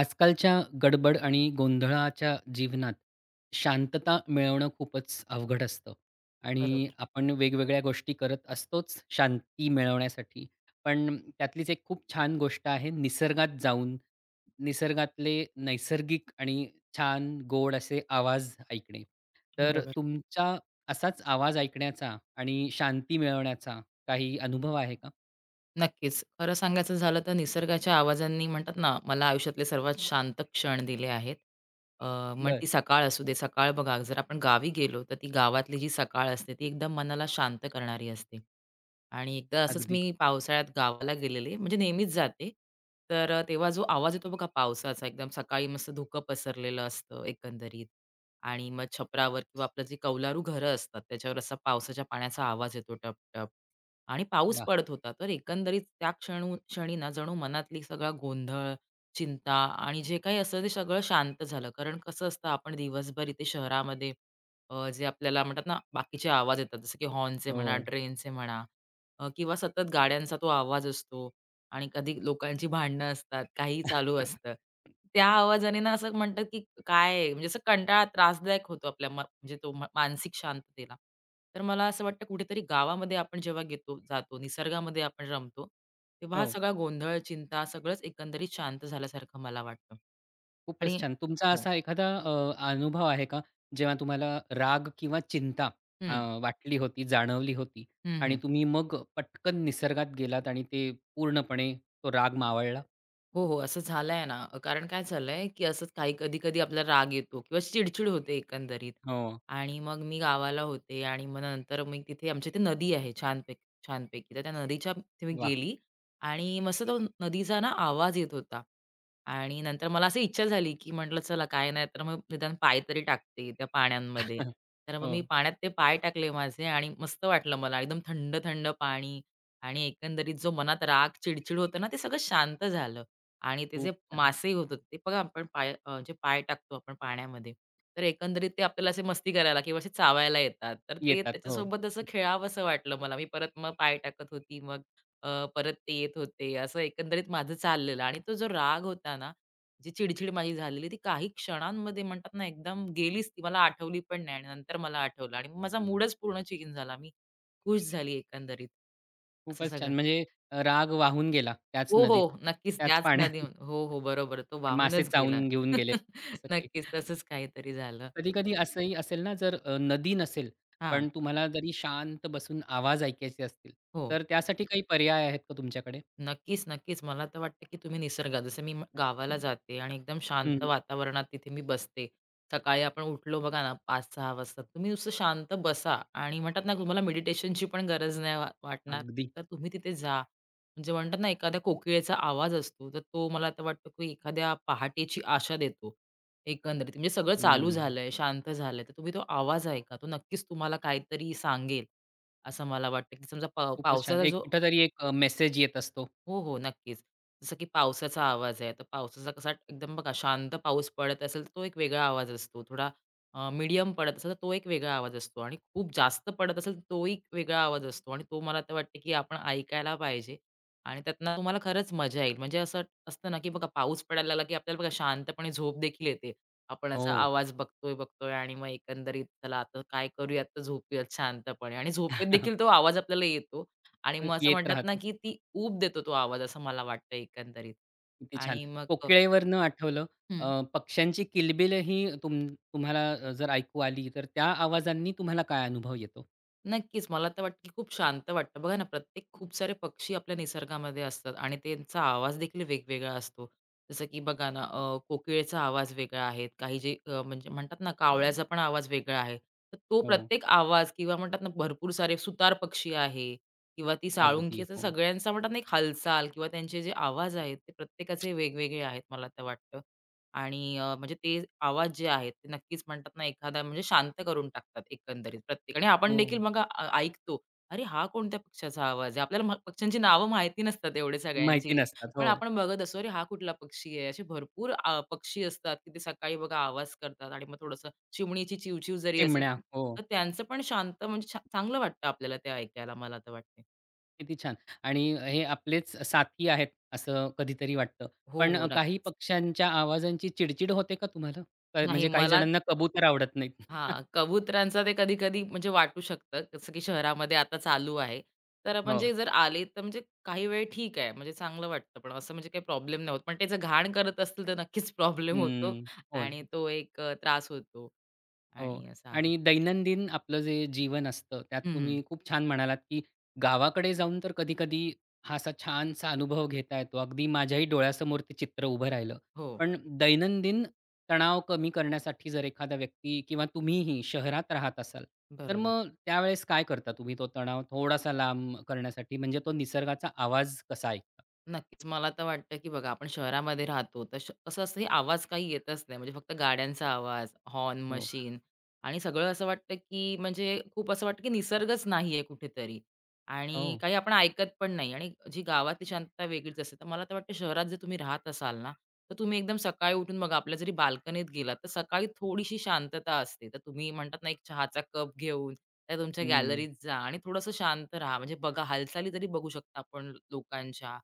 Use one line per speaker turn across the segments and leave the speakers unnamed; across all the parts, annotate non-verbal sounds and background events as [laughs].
आजकालच्या गडबड आणि गोंधळाच्या जीवनात शांतता मिळवणं खूपच अवघड असतं आणि
बरोबर,
आपण वेगवेगळ्या गोष्टी करत असतोच शांती मिळवण्यासाठी. पण त्यातलीच एक खूप छान गोष्ट आहे निसर्गात जाऊन, निसर्गातले नैसर्गिक आणि छान गोड असे आवाज ऐकणे. तर
बरोबर.
तुमचा असाच आवाज ऐकण्याचा आणि शांती मिळवण्याचा काही अनुभव आहे का?
नक्कीच. खरं सांगायचं झालं तर निसर्गाच्या आवाजांनी म्हणतात ना, मला आयुष्यातले सर्वात शांत क्षण दिले आहेत. अ, मग
बरं.
ती सकाळ असू दे. सकाळ बघा जर आपण गावी गेलो, तर ती गावातली जी सकाळ असते, ती एकदम मनाला शांत करणारी असते. आणि एकदा असंच
अगदी.
मी पावसाळ्यात गावाला गेलेले, म्हणजे नेहमीच जाते. तर तेव्हा जो आवाज येतो बघा पावसाचा, एकदम सकाळी मस्त धुकं पसरलेलं असतं एकंदरीत आणि मग छपरावर किंवा आपलं जे कौलारू घरं असतात, त्याच्यावर असा पावसाच्या पाण्याचा आवाज येतो टप-टप. आणि पाऊस
वाह!
पडत होता. तर एकंदरीत त्या क्षणी ना जणू मनातली सगळा गोंधळ, चिंता आणि जे काही असतं ते सगळं शांत झालं. कारण कसं असतं आपण दिवसभर इथे शहरामध्ये जे आपल्याला म्हणतात ना बाकीचे आवाज येतात जसं की हॉर्नचे
हो.
म्हणा, ट्रेनचे म्हणा किंवा सतत गाड्यांचा तो आवाज असतो आणि कधी लोकांची भांडणं असतात, काही चालू
[laughs]
असतं. त्या आवाजाने ना असं म्हणतात, की काय आहे? म्हणजे असं कंटाळा त्रासदायक होतो आपल्या मा म्हणजे तो मा- मानसिक शांततेला. तर मला असं वाटतं कुठेतरी गावामध्ये आपण जेव्हा जातो, निसर्गामध्ये आपण रमतो, तेव्हा हा
हो.
सगळा गोंधळ, चिंता सगळंच एकंदरीत शांत झाल्यासारखं मला वाटतं. आणि
खूपच छान. तुमचा
हो.
असा एखादा अनुभव आहे का, जेव्हा तुम्हाला राग किंवा चिंता अ,
हं.
वाटली होती, जाणवली होती
हं,
आणि
हं.
तुम्ही मग पटकन निसर्गात गेलात आणि ते पूर्णपणे तो राग मावळला?
हो, हो. असं झालंय ना. कारण काय झालंय, की असंच काही कधी-कधी आपल्याला राग येतो किंवा चिडचिड होते एकंदरीत.
हो.
आणि मग मी गावाला होते आणि मग नंतर मी तिथे आमच्या इथे नदी आहे छानपैकी छानपैकी. तर त्या नदीच्या तिथे मी
वाह!
गेली आणि मस्त तो नदीचा ना आवाज येत होता. आणि नंतर मला अशी इच्छा झाली, की म्हटलं चला काय नाही तर मग निदान पाय तरी टाकते त्या पाण्यांमध्ये.
[laughs]
तर मग मी
हो.
पाण्यात ते पाय टाकले माझे आणि मस्त वाटलं मला एकदम थंड, थंड पाणी आणि एकंदरीत जो मनात राग, चिडचिड होतं ना, ते सगळं शांत झालं. आणि ते जे
खूप छान.
मासे होतात ते बघा आपण पाय जे पाय टाकतो आपण पाण्यामध्ये, तर एकंदरीत ते आपल्याला असे मस्ती करायला किंवा असे चावायला येतात. तर ते
येतात. हो.
त्याच्यासोबत असं खेळावसं वाटलं मला. मी परत मग पाय टाकत होती, मग अ, परत ते येत होते. असं एकंदरीत माझं चाललेलं आणि तो जो राग होता ना, जी चिडचिड माझी झालेली ती काही क्षणांमध्ये म्हणतात ना एकदम गेलीच ती. मला आठवली पण नाही आणि नंतर मला आठवलं आणि माझा मूडच पूर्ण चेंज झाला. मी खुश झाली एकंदरीत. असं
खूपच
सगळं.
छान. म्हणजे राग वाहून गेला त्याच
हो,
नदीत,
हो. नक्कीच
त्याच
त्याच नदी
पाण्यात.
हो,
[laughs]
हो. बरोबर. तो
मासे
वाहूनच गेला.
चावून घेऊन गेले
[laughs]
तसं काही.
नक्कीच तसंच काहीतरी झालं.
कधी-कधी असंही असेल ना, जर नदी नसेल,
हां.
पण तुम्हाला जरी शांत बसून आवाज ऐकायचे असतील,
हो.
तर त्यासाठी काही पर्याय आहेत का तुमच्याकडे?
नक्कीच, नक्कीच. मला तर वाटतं, की तुम्ही निसर्गात जसं मी गावाला जाते आणि एकदम शांत
हं,
वातावरणात तिथे मी बसते. सकाळी आपण उठलो बघा ना 5-6 वाजता, तुम्ही नुसतं शांत बसा आणि म्हणतात ना तुम्हाला मेडिटेशनची पण गरज नाही वाटणार,
अगदी.
तर तुम्ही तिथे जा. म्हणजे म्हणतात ना एखाद्या कोकिळेचा आवाज असतो, तर तो मला आता वाटतं, की एखाद्या पहाटेची आशा देतो. एकंदरीत म्हणजे सगळं चालू
हं.
झालंय, शांत झालंय, तर तुम्ही तो आवाज ऐका. तो नक्कीच तुम्हाला काहीतरी सांगेल, असं मला वाटतं, की समजा
खूपच छान.
पावसाचा
एक
जो
कुठेतरी एक मेसेज येत असतो.
हो, हो. नक्कीच. जसं की पावसाचा आवाज आहे. तर पावसाचा कसा एकदम बघा शांत पाऊस पडत असेल, तर तो एक वेगळा आवाज असतो. थोडा मीडियम पडत असेल, तर तो एक वेगळा आवाज असतो आणि खूप जास्त पडत असेल, तर तोही एक वेगळा आवाज असतो आणि तो मला तर वाटतं, की आपण ऐकायला पाहिजे आणि त्यातनं तुम्हाला खरंच मजा येईल. म्हणजे असं असतं ना, की बघा पाऊस पडायला लागला, की आपल्याला बघा शांतपणे झोप देखील येते. आपण असा
हो.
आवाज बघतोय, बघतोय आणि मग एकंदरीत चला आता काय करूयात, तर झोपूयात शांतपणे आणि झोपेत देखील तो
[laughs]
आवाज आपल्याला येतो आणि मग असं
येत
म्हणतात ना,
राहतो.
की ती ऊब देतो तो आवाज असं मला वाटतं एकंदरीत.
किती छान.
आणि मग
कोकिळेवरनं आठवलं
हं,
पक्ष्यांची किलबिल ही तुम तुम्हाला जर ऐकू आली, तर त्या आवाजांनी तुम्हाला काय अनुभव येतो?
नक्कीच मला तर वाटतं, की खूप शांत वाटतं. बघा ना, प्रत्येक खूप सारे पक्षी आपल्या निसर्गामध्ये असतात आणि त्यांचा आवाज देखील वेगवेगळा असतो. जसं की बघा ना, कोकिळेचा आवाज वेगळा आहे. काही जे म्हणजे म्हणतात ना, कावळ्याचा पण आवाज वेगळा आहे. तर तो
हो.
प्रत्येक आवाज किंवा म्हणतात ना, भरपूर सारे सुतार पक्षी आहे किंवा ती
अगदी.
साळुंकी असं
हो.
सगळ्यांचा म्हणतात ना, एक हालचाल किंवा त्यांचे जे आवाज आहेत ते प्रत्येकाचे वेगवेगळे आहेत मला तर वाटतं. आणि म्हणजे ते आवाज जे आहेत ते नक्कीच म्हणतात ना एखादा म्हणजे शांत करून टाकतात एकंदरीत प्रत्येक आणि आपण
हो.
देखील मग ऐकतो. अरे हा कोणत्या पक्ष्याचा आवाज आहे? आपल्याला म पक्ष्यांची नावं माहिती नसतात एवढे
माहिती
सगळ्यांची.
नसतात.
पण
हो.
आपण बघत असतो, अरे हा कुठला पक्षी आहे? असे भरपूर पक्षी असतात की ते सकाळी बघा आवाज करतात आणि मग थोडंसं चिमणीची चिवचिव जरी असेल,
चिमण्या. हो.
तर त्यांचं पण शांत म्हणजे चांगलं वाटतं आपल्याला ते ऐकायला मला तर वाटते.
किती छान. आणि हे आपलेच साथी आहेत असं कधीतरी वाटतं.
हो,
पण
हो.
काही
नक्कीच.
पक्ष्यांच्या आवाजांची चिड होते का तुम्हाला?
नाही
म्हणजे काही
मला
जणांना कबूतर आवडत नाहीत. [laughs]
हां, कबुतरांचं ते कधी-कधी म्हणजे वाटू शकतं, जसं की शहरामध्ये आता चालू आहे. तर
हो.
म्हणजे जर आले तर म्हणजे काही वेळ ठीक आहे, म्हणजे चांगलं वाटतं. पण असं म्हणजे काही प्रॉब्लेम नाही होत. पण ते घाण करत असतील तर नक्कीच प्रॉब्लेम होतो
हं. हो ना.
आणि तो एक त्रास होतो
हो
आणि असं आहे.
आणि दैनंदिन आपलं जे जीवन असतं त्यात
हं, हं.
तुम्ही खूप छान म्हणालात, की गावाकडे जाऊन तर कधी-कधी हा असा छानसा अनुभव घेता येतो. अगदी माझ्याही डोळ्यासमोर ते चित्र उभं राहिलं.
हो,
पण दैनंदिन तणाव कमी करण्यासाठी जर एखादा व्यक्ती किंवा तुम्हीही शहरात राहत असाल, तर
बरोबर.
मग त्यावेळेस काय करता तुम्ही तो तणाव थोडासा लांब करण्यासाठी? म्हणजे तो निसर्गाचा आवाज कसा ऐकता?
नक्कीच. मला तर वाटतं, की बघा आपण शहरामध्ये राहतो, तर कसं असतं, आवाज काही येतच नाही. म्हणजे फक्त गाड्यांचा आवाज, हॉर्न,
हो.
मशीन आणि सगळं असं वाटतं, की म्हणजे खूप असं वाटतं, की निसर्गच नाहीये कुठेतरी
हो.
आणि काही आपण ऐकत पण नाही आणि जी गावातली शांतता वेगळीच असते. तर मला तर वाटतं शहरात जर तुम्ही राहत असाल ना, तर तुम्ही एकदम सकाळी उठून बघा आपल्या जरी बाल्कनीत गेलात, तर सकाळी थोडीशी शांतता असते. तर तुम्ही म्हणतात ना, एक चहाचा कप घेऊन त्या तुमच्या
हं.
गॅलरीत जा आणि थोडंसं शांत राहा. म्हणजे बघा हालचाली तरी बघू शकता आपण लोकांच्या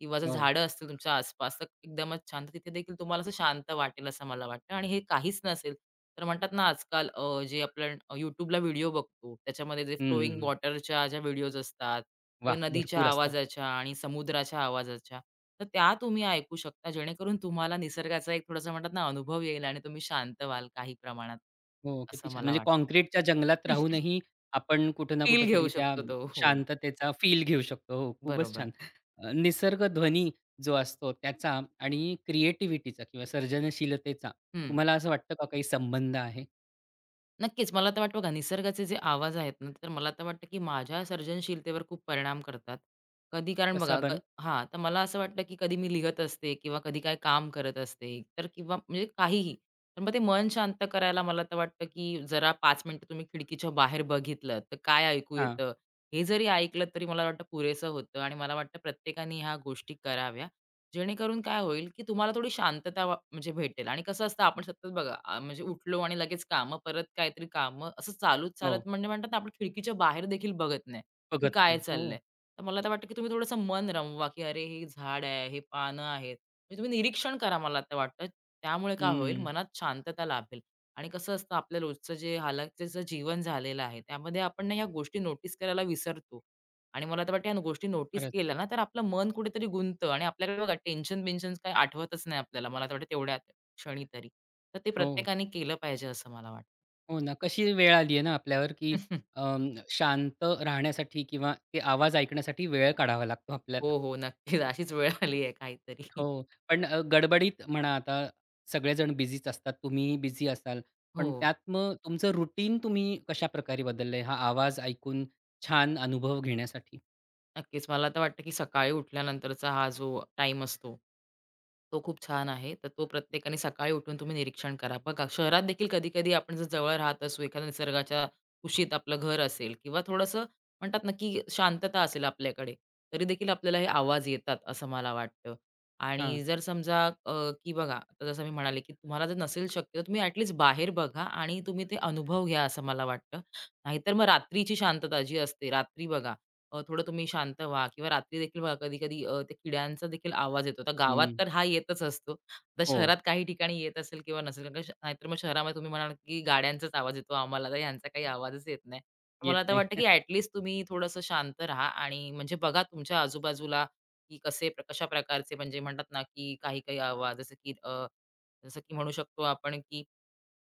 किंवा जर
हो.
झाडं असतील तुमच्या आसपास तर एकदमच छान. तर तिथे देखील तुम्हाला असं शांत वाटेल असं मला वाटतं आणि हे काहीच नसेल तर म्हणतात ना आजकाल जे आपण YouTubeला व्हिडिओ बघतो त्याच्यामध्ये जे फ्लोइंग
हं.
वॉटरच्या ज्या व्हिडिओज असतात
वाह!
किंवा नदीच्या
भरपूर असतात.
आवाजाच्या आणि समुद्राच्या आवाजाच्या तर त्या तुम्ही ऐकू शकता जेणेकरून तुम्हाला निसर्गाचा एक थोडासा म्हणतात ना अनुभव येईल आणि तुम्ही शांत व्हाल काही प्रमाणात.
हो, किती
असं
छान.
मला
म्हणजे
वाटतं.
काँक्रीटच्या जंगलात
[laughs]
राहूनही आपण कुठे ना
फील घेऊ
कुठेतरी त्या
शकतो तो. हो,
शांततेचा फील घेऊ शकतो. हो, खूपच
बरोबर.
छान. निसर्ग ध्वनी जो असतो त्याचा आणि क्रिएटिव्हिटीचा किंवा सर्जनशीलतेचा
हं.
तुम्हाला असं वाटतं का काही संबंध आहे?
नक्कीच. मला तर वाटतं बघा निसर्गाचे जे आवाज आहेत ना, तर मला तर वाटतं की माझ्या सर्जनशीलतेवर खूप परिणाम करतात. कधी कारण
कसा
बघा
बरं?
हां, तर मला असं वाटलं की कधी मी लिहत असते किंवा कधी काय काम करत असते, तर किंवा म्हणजे काहीही. तर मग ते मन शांत करायला मला तर वाटतं की जरा 5 मिनिटं तुम्ही खिडकीच्या बाहेर बघितलं, तर काय ऐकू
हां.
येतं, हे जरी ऐकलं तरी मला वाटतं पुरेसं होतं आणि मला वाटतं प्रत्येकाने ह्या गोष्टी कराव्या. जेणेकरून काय होईल, की तुम्हाला थोडी शांतता म्हणजे भेटेल आणि कसं असतं आपण सतत बघा म्हणजे उठलो आणि लगेच कामं, परत काहीतरी कामं असं चालूच
हो.
चालत म्हणजे म्हणतात ना, आपण खिडकीच्या बाहेर देखील बघत नाही, की
बघत
काय
नाही. हो.
चाललंय. तर मला तर वाटतं, की तुम्ही थोडंसं मन रमवा, की "अरे, हे झाड आहे, हे पानं आहेत." म्हणजे तुम्ही निरीक्षण करा मला तर वाटतं. त्यामुळे काय होईल,
हं.
मनात शांतता लाभेल आणि कसं असतं आपलं रोजचं जे हालाखीचं जीवन झालेलं आहे, त्यामध्ये आपण ना ह्या गोष्टी नोटीस करायला विसरतो. आणि मला तर वाटतं ह्या गोष्टी नोटीस
खरंच.
केल्या ना, तर आपलं मन कुठेतरी गुंततं आणि आपल्याकडे बघा टेन्शन-बिन्शन काही आठवतच नाही आपल्याला. मला तर वाटतं तेवढ्या क्षणी तरी. तर ते
हो.
प्रत्येकाने केलं पाहिजे असं मला वाटतं.
हो ना. कशी वेळ आली आहे ना आपल्यावर, की
[laughs]
अ, शांत राहण्यासाठी किंवा ते आवाज ऐकण्यासाठी वेळ काढावा लागतो आपल्याला.
हो, हो. नक्कीच. अशीच वेळ आली आहे काहीतरी.
हो. पण गडबडीत म्हणा आता सगळेजण बिझीच असतात. तुम्हीही बिझी असाल. पण
हो.
त्यात मग तुमचं रुटीन तुम्ही कशाप्रकारे बदललंय? हा आवाज ऐकून छान अनुभव घेण्यासाठी?
नक्कीच. मला तर वाटतं, की सकाळी उठल्यानंतरचा हा जो टाईम असतो, तो खूप छान आहे. तर तो प्रत्येकाने सकाळी उठून तुम्ही निरीक्षण करा. बघा, शहरात देखील कधी-कधी आपण जर जवळ राहत असू, एखाद्या निसर्गाच्या कुशीत आपलं घर असेल किंवा थोडंसं म्हणतात ना, की शांतता असेल आपल्याकडे, तरी देखील आपल्याला हे आवाज येतात, असं मला वाटतं.
हां.
आणि जर समजा की बघा, आता जसं मी म्हणाले, की तुम्हाला जर नसेल शक्य, तर तुम्ही ॲटलीस्ट बाहेर बघा आणि तुम्ही ते अनुभव घ्या, असं मला वाटतं. नाहीतर मग रात्रीची शांतता जी असते, रात्री बघा, थोडं तुम्ही शांत व्हा किंवा रात्री देखील बघा कधी-कधी त्या किड्यांचा देखील आवाज येतो. आता गावात
हं.
तर हा येतच असतो. आता
हो.
शहरात काही ठिकाणी येत असेल किंवा नसेल कारण नाहीतर मग शहरामध्ये तुम्ही म्हणाल की गाड्यांचाच आवाज येतो आम्हाला तर ह्यांचा काही आवाजच येत नाही. मला
येत
आता
नाही.
वाटतं की
[laughs]
तुम्ही थोडंसं शांत राहा आणि म्हणजे बघा तुमच्या आजूबाजूला की कशा प्रकारचे म्हणजे म्हणतात ना की काही-काही आवाज जसं की जसं की म्हणू शकतो आपण की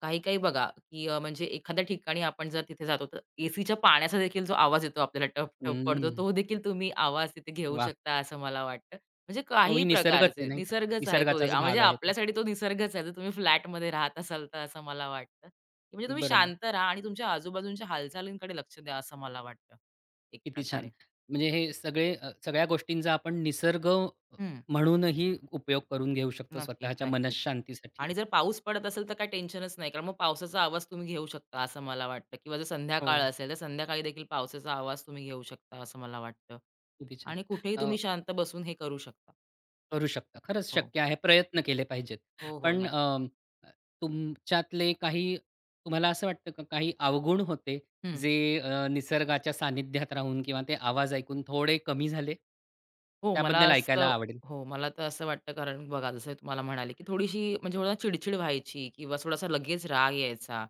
काही-काही बघा, की म्हणजे एखाद्या ठिकाणी आपण जर तिथे जातो, तर एसीच्या पाण्याचा देखील जो आवाज येतो आपल्याला टप-टप पडतो,
हं.
तो देखील तुम्ही आवाज तिथे घेऊ
वाह!
शकता असं मला वाटतं. म्हणजे काही
तोही निसर्गच आहे
प्रकारचे
नाही का?
निसर्गच आहे
निसर्गाचाच
म्हणजे
भाग आहे तो.
आपल्यासाठी तो निसर्गच आहे. जर तुम्ही फ्लॅटमध्ये राहत असाल तर असं मला वाटतं. की म्हणजे तुम्ही
बरोबर.
शांत राहा आणि तुमच्या आजूबाजूच्या हालचालींकडे लक्ष द्या असं मला वाटतं, एक
किती छान.
प्रकारे.
म्हणजे हे सगळे सगळ्या गोष्टींचा आपण निसर्ग
हं.
म्हणूनही उपयोग करून घेऊ शकतो
नक्कीच,
स्वतःच्या
नक्कीच.
मनःशांतीसाठी.
आणि जर पाऊस पडत असेल तर काही टेन्शनच नाही. कारण मग पावसाचा आवाज तुम्ही घेऊ शकता असं मला वाटतं किंवा जर
हो.
संध्याकाळ असेल तर संध्याकाळी देखील पावसाचा आवाज तुम्ही घेऊ शकता असं मला वाटतं.
किती छान.
आणि कुठेही
अ,
तुम्ही शांत बसून हे करू शकता.
करू शकता. खरंच
हो.
शक्य आहे. प्रयत्न केले पाहिजेत.
हो, हो.
पण
नक्कीच.
तुमच्यातले काही तुम्हाला असं वाटतं का काही अवगुण होते
हं.
जे निसर्गाच्या सानिध्यात राहून किंवा ते आवाज ऐकून थोडे कमी झाले?
हो, मला
त्याबद्दल
असं
ऐकायला आवडेल.
हो, मला तर असं वाटतं कारण बघा जसं मी तुम्हाला म्हणाले, की थोडीशी म्हणजे थोडा चिडचिड व्हायची किंवा थोडासा लगेच राग यायचा.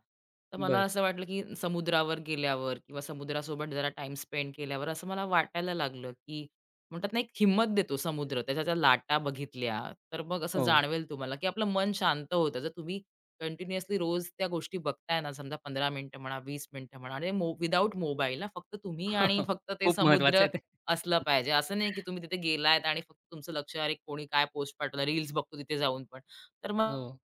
तर मला
बरं.
असं वाटलं, की समुद्रावर गेल्यावर किंवा समुद्रासोबत जरा टाईम स्पेंड केल्यावर असं मला वाटायला लागलं, की म्हणतात ना एक हिम्मत देतो समुद्र, त्याच्या त्या लाटा बघितल्या, तर मग असं
हो.
जाणवेल तुम्हाला, की आपलं मन शांत होतं. जर तुम्ही कंटिन्युअसली रोज त्या गोष्टी बघताय ना, समजा 15 मिनिटं म्हणा, 20 मिनिटं म्हणा आणि विदाऊट मोबाईल हां, फक्त तुम्ही आणि
[laughs]
फक्त ते
खूप महत्वाचं
समुद्र
आहे ते.
असलं पाहिजे. असं नाही की तुम्ही तिथे गेलात आणि फक्त तुमचं लक्ष अरे कोणी काय पोस्ट पाठवला, रील्स बघतो तिथे जाऊन पण. तर मग
हो,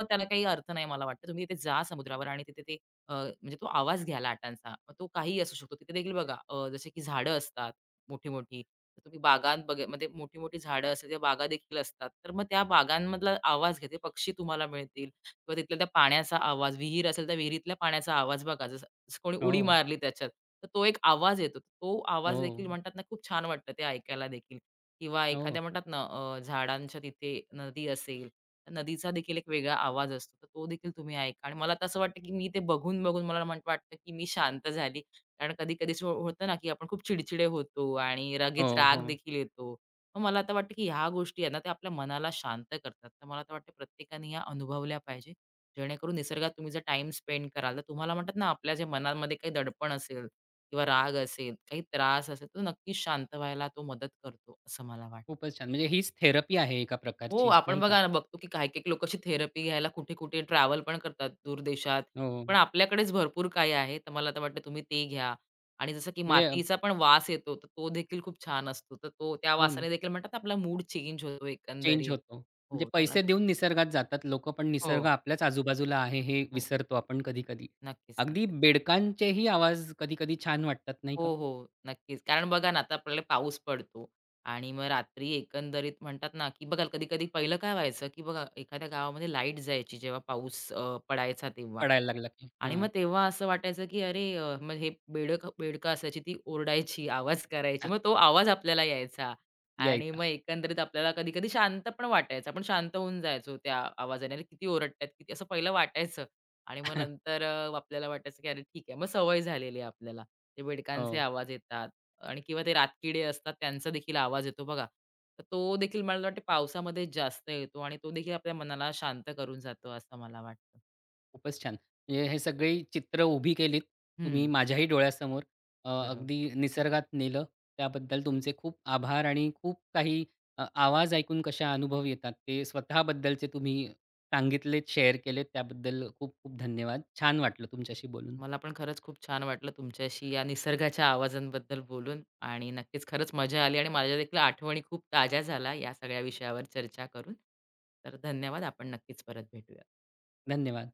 मग त्याला काही अर्थ नाही मला वाटतं. तुम्ही तिथे जा समुद्रावर आणि तिथे ते म्हणजे तो आवाज घ्या लाटांचा. मग तो काहीही असू शकतो. तिथे देखील बघा जसे की झाडं असतात मोठी-मोठी. तर तुम्ही बागांत बघा म्हणजे मोठी-मोठी झाडं असतात, त्या बागा देखील असतात. तर मग त्या बागांमधला आवाज घ्या. ते पक्षी तुम्हाला मिळतील किंवा तिथल्या त्या पाण्याचा आवाज, विहीर असेल तर विहिरीतल्या पाण्याचा आवाज बघा. जसं जसं कोणी
हो,
उडी मारली त्याच्यात, तर तो एक आवाज येतो. तो आवाज
हो,
देखील म्हणतात ना, खूप छान वाटतं ते ऐकायला देखील किंवा
हो,
एखाद्या म्हणतात ना, झाडांच्या तिथे नदी असेल, तर नदीचा देखील एक वेगळा आवाज असतो. तर तो देखील तुम्ही ऐका आणि मला तर असं वाटतं, की मी ते बघून-बघून मला म्हण वाटतं, की मी शांत झाली. कारण कधी-कधी असं होतं ना, की आपण खूप चिडचिडे होतो आणि लगेच
हो,
राग
हो.
देखील येतो. मग मला आता वाटतं, की ह्या गोष्टी आहेत ना, त्या आपल्या मनाला शांत करतात. तर मला तर वाटतं प्रत्येकाने ह्या अनुभवल्या पाहिजेत. जेणेकरून निसर्गात तुम्ही जर टाइम स्पेंड कराल तर तुम्हाला म्हणतात ना आपल्या जे मनामध्ये काही दडपण असेल किंवा राग असेल, काही त्रास असेल तर नक्कीच शांत व्हायला तो मदत करतो असं मला वाटतं.
खूपच छान. म्हणजे हीच थेरपी आहे एका
हो,
प्रकारची,
आपण
नाही का?
बघा ना बघतो की काही-काही लोकं अशी थेरपी घ्यायला कुठे-कुठे ट्रॅव्हल पण करतात दूर देशात.
हो.
पण आपल्याकडेच भरपूर काही आहे. तर मला तर वाटतं तुम्ही ते घ्या आणि जसं की
म्हणजे
मातीचा पण वास येतो तर तो देखील खूप छान असतो. तर तो त्या
हो ना.
वासाने देखील म्हणतात आपला मूड चेंज होतो
चेंज
एकंदरीत.
होतो. म्हणजे
हो, तर असं
पैसे देऊन निसर्गात जातात लोकं, पण निसर्ग
हो,
आपल्याच आजूबाजूला आहे हे
हो.
विसरतो आपण कधी-कधी.
नक्कीच,
अगदी
नक्कीच.
बेडकांचेही आवाज कधी-कधी छान वाटतात नाही
हो,
का?
हो. नक्कीच. कारण बघा ना, आता आपल्याला पाऊस पडतो आणि मग रात्री एकंदरीत म्हणतात ना, की बघा कधी-कधी पहिलं काय व्हायचं, की बघा एखाद्या गावामध्ये लाईट जायची जेव्हा पाऊस पडायचा तेव्हा.
पडायला लागला की.
आणि
हां,
मग तेव्हा असं वाटायचं, की अरे मग हे बेडकं असायची ती ओरडायची, आवाज करायची.
हां,
मग तो आवाज आपल्याला यायचा आणि
यायचा.
मग एकंदरीत आपल्याला कधी-कधी शांत पण वाटायचं. आपण शांत होऊन जायचो त्या आवाजाने. अरे किती ओरडतायत, किती असं पहिलं वाटायचं आणि मग
[laughs]
नंतर आपल्याला वाटायचं, की अरे ठीक आहे. मग सवय झालेली आहे आपल्याला. ते बेडकांचे
हो.
आवाज येतात आणि किंवा ते रातकिडे असतात त्यांचा देखील आवाज येतो बघा. तर तो देखील मला वाटतं पावसामध्ये जास्त येतो आणि तो देखील आपल्या मनाला शांत करून जातो असं मला वाटतं.
खूपच छान. म्हणजे हे सगळी चित्र उभी केलीत तुम्ही
हं,
माझ्याही डोळ्यासमोर.
बरोबर.
अगदी निसर्गात नेलं. त्याबद्दल तुमचे खूप आभार आणि खूप काही आवाज ऐकून कशा अनुभव येतात ते स्वतःबद्दलचे तुम्ही सांगितलेत, शेअर केलेत त्याबद्दल खूप खूप धन्यवाद. छान वाटलं तुमच्याशी बोलून.
मला पण खरंच खूप छान वाटलं तुमच्याशी या निसर्गाच्या आवाजांबद्दल बोलून आणि नक्कीच खरंच मजा आली आणि माझ्या देखील आठवणी खूप ताज्या झाल्या या सगळ्या विषयावर चर्चा करून. तर धन्यवाद. आपण नक्कीच परत भेटूया.
धन्यवाद.